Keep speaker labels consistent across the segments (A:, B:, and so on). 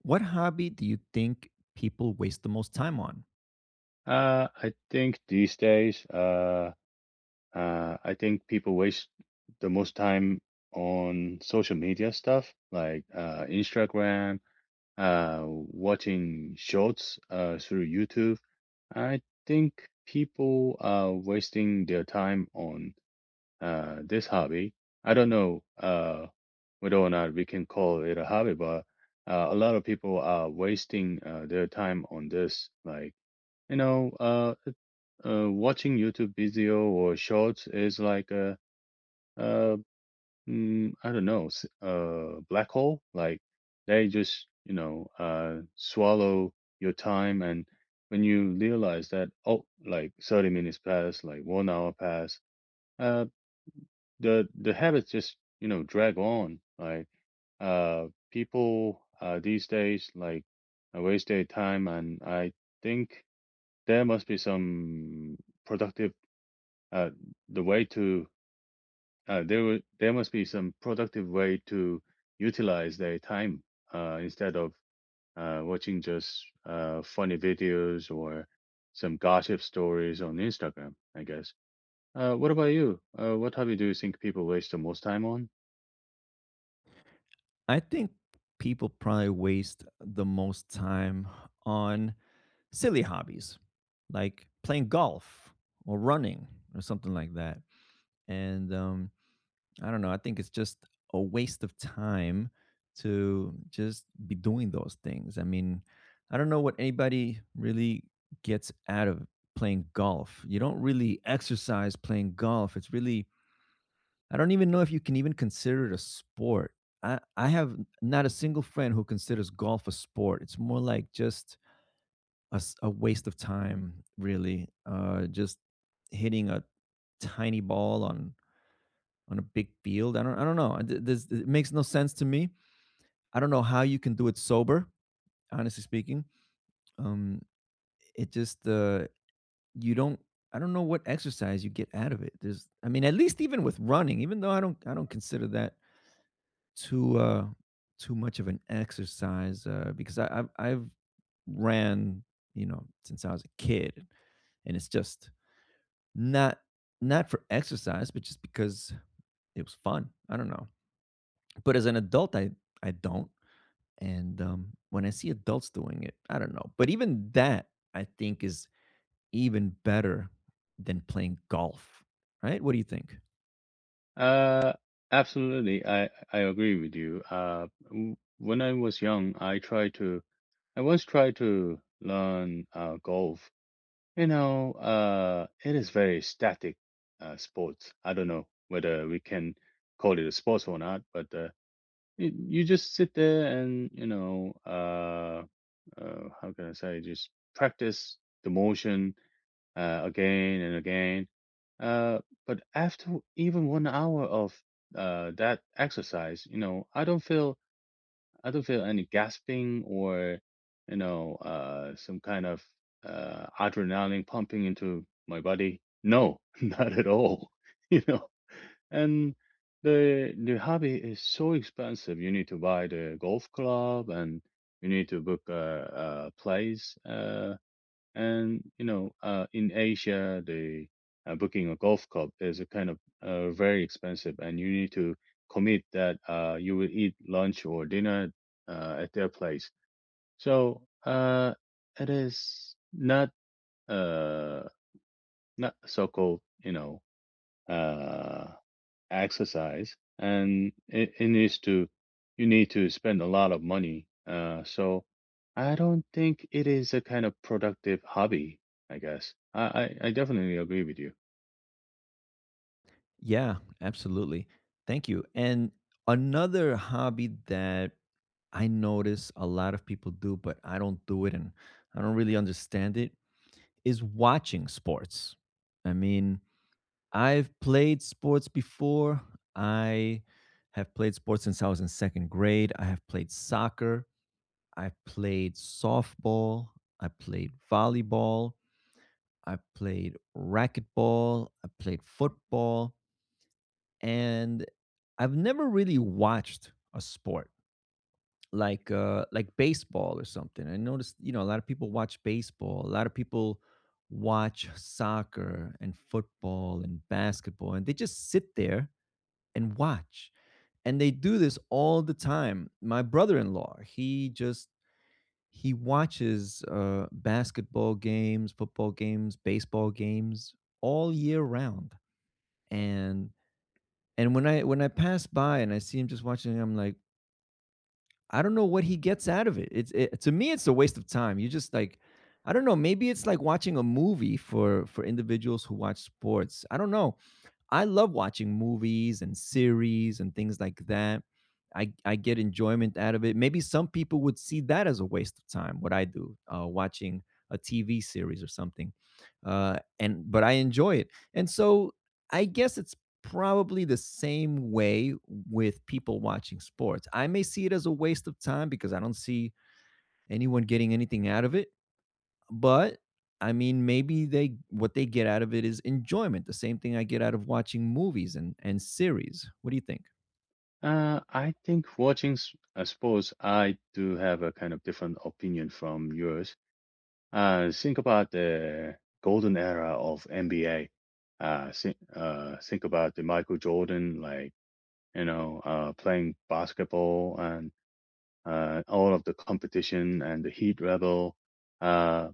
A: What hobby do you think people waste the most time on?
B: I think these days, I think people waste the most time on social media stuff like Instagram, watching shorts through YouTube. I think people are wasting their time on this hobby. I don't know whether or not we can call it a hobby, but a lot of people are wasting their time on this. You know, uh, Watching YouTube video or shorts is like uh, I don't know, black hole. Like they just, swallow your time. And when you realize that, oh, like 30 minutes pass, like 1 hour pass, uh, the habits just, you know, drag on. People, these days, waste their time. And I think there must be some productive uh, the way to there must be some productive way to utilize their time instead of watching just funny videos or some gossip stories on Instagram, I guess. What about you? What hobby do you think people waste the most time on?
A: I think people probably waste the most time on silly hobbies like playing golf or running or something like that. And I don't know. I think it's just a waste of time to just be doing those things. I mean, I don't know what anybody really gets out of playing golf. You don't really exercise playing golf. It's really. I don't even know if you can even consider it a sport. I have not a single friend who considers golf a sport. It's more like just a waste of time, really. Just hitting a tiny ball on a big field. I don't know. This, it makes no sense to me. I don't know how you can do it sober. Honestly speaking, um, it just you don't. I don't know what exercise you get out of it. I mean, at least even with running, even though I don't consider that too uh too much of an exercise because I've ran since I was a kid, and it's just not not for exercise but just because it was fun. I don't know, but as an adult, I don't and when I see adults doing it, I don't know, but even that I think is even better than playing golf. Right? What do you think?
B: Uh, Absolutely, I agree with you. When I was young, I once tried to learn golf. You know, it is very static sports. I don't know whether we can call it a sports or not, but you, you just sit there and, you know, how can I say, just practice the motion again and again. Uh, but after even 1 hour of that exercise, you know, I don't feel any gasping or, you know, some kind of adrenaline pumping into my body. No, not at all. You know, and the hobby is so expensive. You need to buy the golf club, and you need to book a place. And you know, in Asia, the booking a golf club is a kind of very expensive, and you need to commit that you will eat lunch or dinner at their place. So it is not uh, not so-called, you know, uh, exercise and it needs to you need to spend a lot of money so I don't think it is a kind of productive hobby, I guess. I definitely agree with you.
A: Yeah, absolutely. Thank you. And another hobby that I notice a lot of people do, but I don't do it and I don't really understand it, is watching sports. I mean, I've played sports before. I have played sports since I was in second grade. I have played soccer. I played softball. I played volleyball. I played racquetball. I played football, and I've never really watched a sport like baseball or something. I noticed, a lot of people watch baseball, a lot of people watch soccer and football and basketball, and they just sit there and watch. And they do this all the time. My brother-in-law, he watches basketball games, football games, baseball games all year round. And And when I pass by and I see him just watching, I'm like, I don't know what he gets out of it. To me, it's a waste of time. You just like, I don't know. Maybe it's like watching a movie for individuals who watch sports. I don't know. I love watching movies and series and things like that. I get enjoyment out of it. Maybe some people would see that as a waste of time, what I do, watching a TV series or something. And but I enjoy it. And so I guess it's probably the same way with people watching sports. I may see it as a waste of time because I don't see anyone getting anything out of it, but I mean, maybe they what they get out of it is enjoyment, the same thing I get out of watching movies and series. What do you think?
B: I think watching sports, I do have a kind of different opinion from yours. Think about the golden era of NBA. Think about the michael jordan. Like, you know, playing basketball and all of the competition and the heat level. Uh,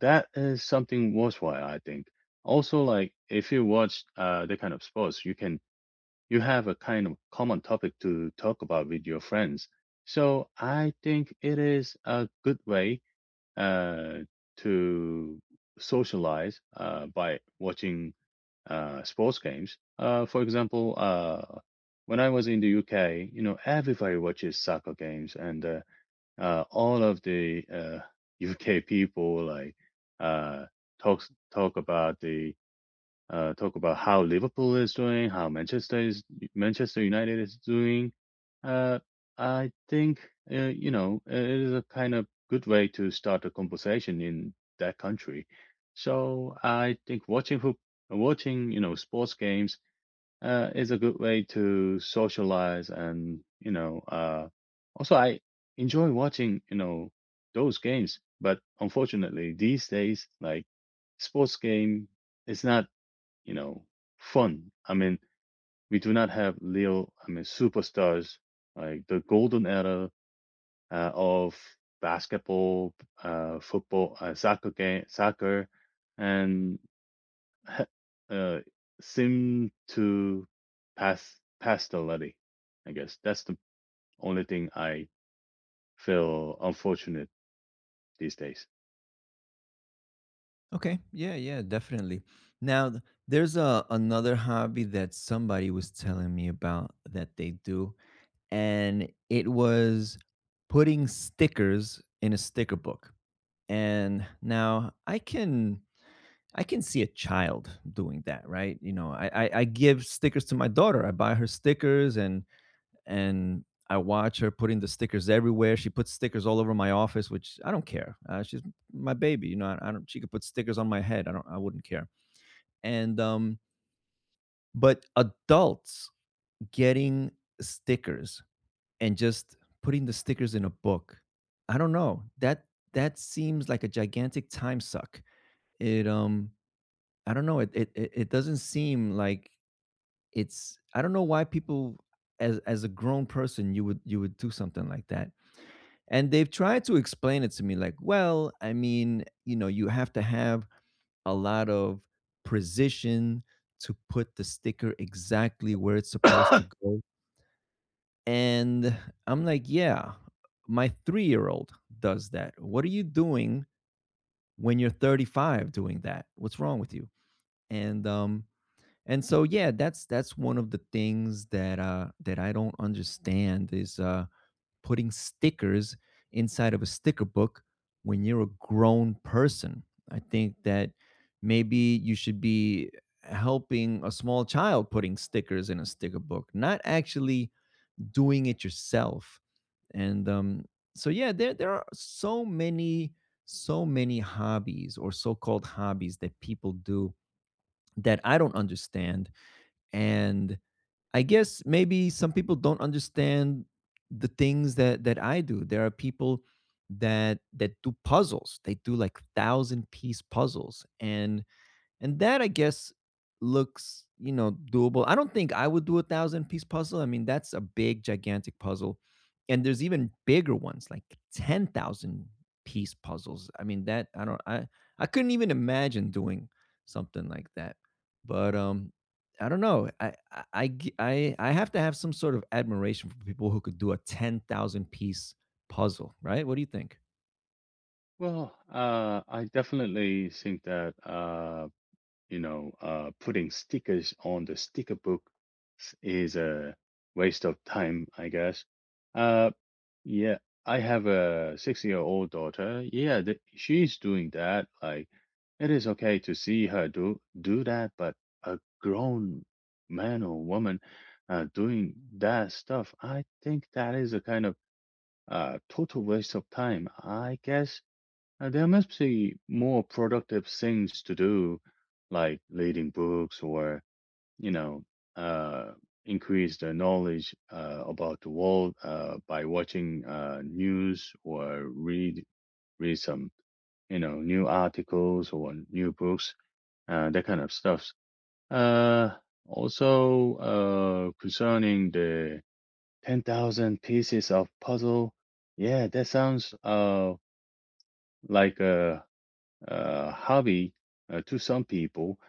B: that is something worthwhile, I think. Also, like if you watch that kind of sports, you have a kind of common topic to talk about with your friends. So I think it is a good way uh, to socialize by watching sports games. For example, when I was in the UK, you know, everybody watches soccer games and all of the UK people like uh, talk about the talk about how Liverpool is doing, how Manchester is Manchester United is doing. Uh, I think you know it is a kind of good way to start a conversation in that country. So I think watching, you know, sports games is a good way to socialize and, you know, also I enjoy watching, you know, those games, but unfortunately these days, like, sports game, it's not, you know, fun. I mean, we do not have real, I mean, superstars like the golden era of basketball, football, soccer, and Uh, seem to pass past the Letty, I guess. That's the only thing I feel unfortunate these days.
A: Okay. Yeah, yeah, definitely. Now, th there's a another hobby that somebody was telling me about that they do, and it was putting stickers in a sticker book. And now I can see a child doing that, right? You know, I give stickers to my daughter. I buy her stickers, and I watch her putting the stickers everywhere. She puts stickers all over my office, which I don't care. She's my baby, you know. I don't. She could put stickers on my head. I don't. I wouldn't care. And but adults getting stickers and just putting the stickers in a book. I don't know. That seems like a gigantic time suck. It I don't know. It doesn't seem like it's. I don't know why people as a grown person you would do something like that. And they've tried to explain it to me like, well, I mean, you have to have a lot of precision to put the sticker exactly where it's supposed to go. And I'm like, yeah, my 3-year-old does that. What are you doing when you're 35 doing that? What's wrong with you? And, um, and so, yeah, that's one of the things that I don't understand is putting stickers inside of a sticker book when you're a grown person. I think that maybe you should be helping a small child putting stickers in a sticker book, not actually doing it yourself. And so, yeah, there are so many hobbies or so-called hobbies that people do that I don't understand, and I guess maybe some people don't understand the things that I do. There are people that do puzzles. They do like thousand piece puzzles, and that I guess looks, doable. I don't think I would do a thousand piece puzzle. I mean, that's a big, gigantic puzzle. And there's even bigger ones, like 10,000 piece puzzles. I mean, that I don't I couldn't even imagine doing something like that. But I don't know. I have to have some sort of admiration for people who could do a 10,000 piece puzzle, right? What do you think?
B: Well, I definitely think that you know, putting stickers on the sticker book is a waste of time, I guess. Uh, Yeah, I have a six-year-old daughter. Yeah, th she's doing that. Like, it is okay to see her do that, but a grown man or woman doing that stuff, I think that is a kind of total waste of time. I guess there must be more productive things to do, like reading books or you know, uh, increase their knowledge about the world by watching news or read some you know new articles or new books, that kind of stuff. Uh, also concerning the 10,000 pieces of puzzle, yeah, that sounds like a, a hobby to some people,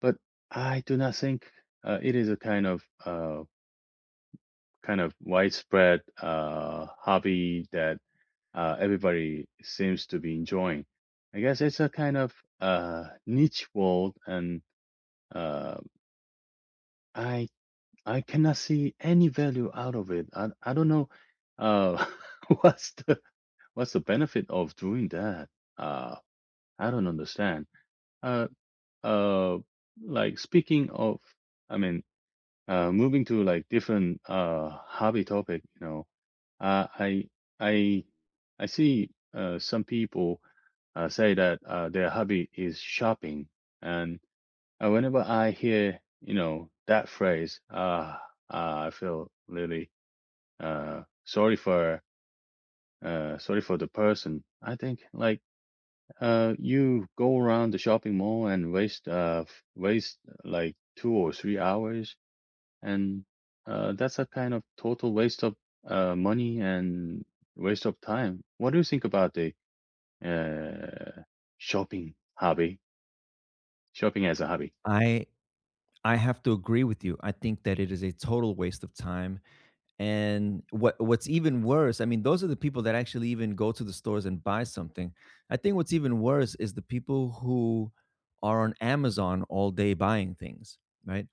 B: but I do not think it is a kind of widespread hobby that everybody seems to be enjoying. I guess it's a kind of niche world, and uh, I I cannot see any value out of it. I don't know uh, what's the what's the benefit of doing that. Uh, I don't understand. Uh, uh, like speaking of, I mean, moving to like different hobby topic, you know. Uh, I I I see some people say that their hobby is shopping, and whenever I hear you know that phrase, I feel really uh, sorry for sorry for the person. I think like you go around the shopping mall and waste waste like 2 or 3 hours and that's a kind of total waste of money and waste of time. What do you think about the uh, shopping hobby? Shopping as a hobby.
A: I I have to agree with you. I think that it is a total waste of time. And what's even worse, I mean, those are the people that actually even go to the stores and buy something. I think what's even worse is the people who are on Amazon all day buying things, right?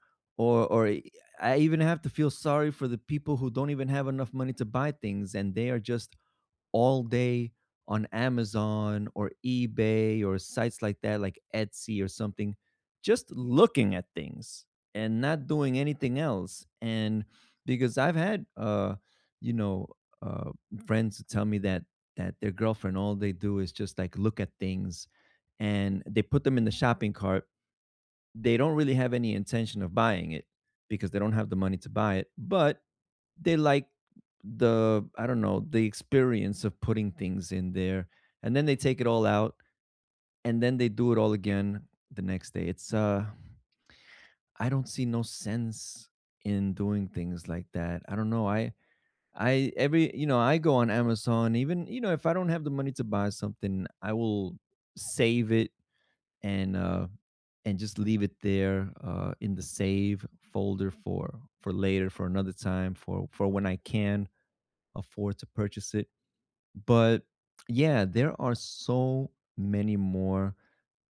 A: Or I even have to feel sorry for the people who don't even have enough money to buy things, and they are just all day on Amazon or eBay or sites like that, like Etsy or something, just looking at things and not doing anything else. And because I've hadyou know, uh, friends who tell me that their girlfriend all they do is just like look at things, and they put them in the shopping cart, they don't really have any intention of buying it because they don't have the money to buy it, but they like, the I don't know, the experience of putting things in there, and then they take it all out, and then they do it all again the next day. It's I don't see no sense in doing things like that. I don't know. I go on Amazon. Even if I don't have the money to buy something, I will save it, and just leave it there in the save folder for later, for another time, for when I can afford to purchase it. But yeah, there are so many more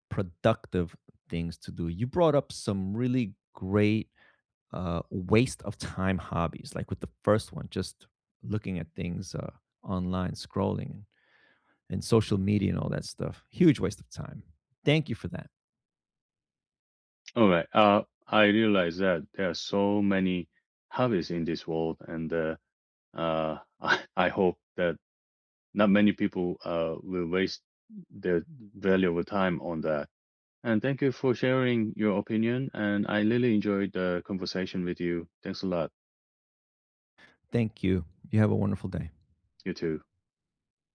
A: productive things to do. You brought up some really great waste of time hobbies, like with the first one, just looking at things online, scrolling and social media and all that stuff. Huge waste of time. Thank you for that.
B: All right. I realize that there are so many hobbies in this world, and I hope that not many people will waste their valuable time on that. And thank you for sharing your opinion. And I really enjoyed the conversation with you. Thanks a lot.
A: Thank you. You have a wonderful day.
B: You too.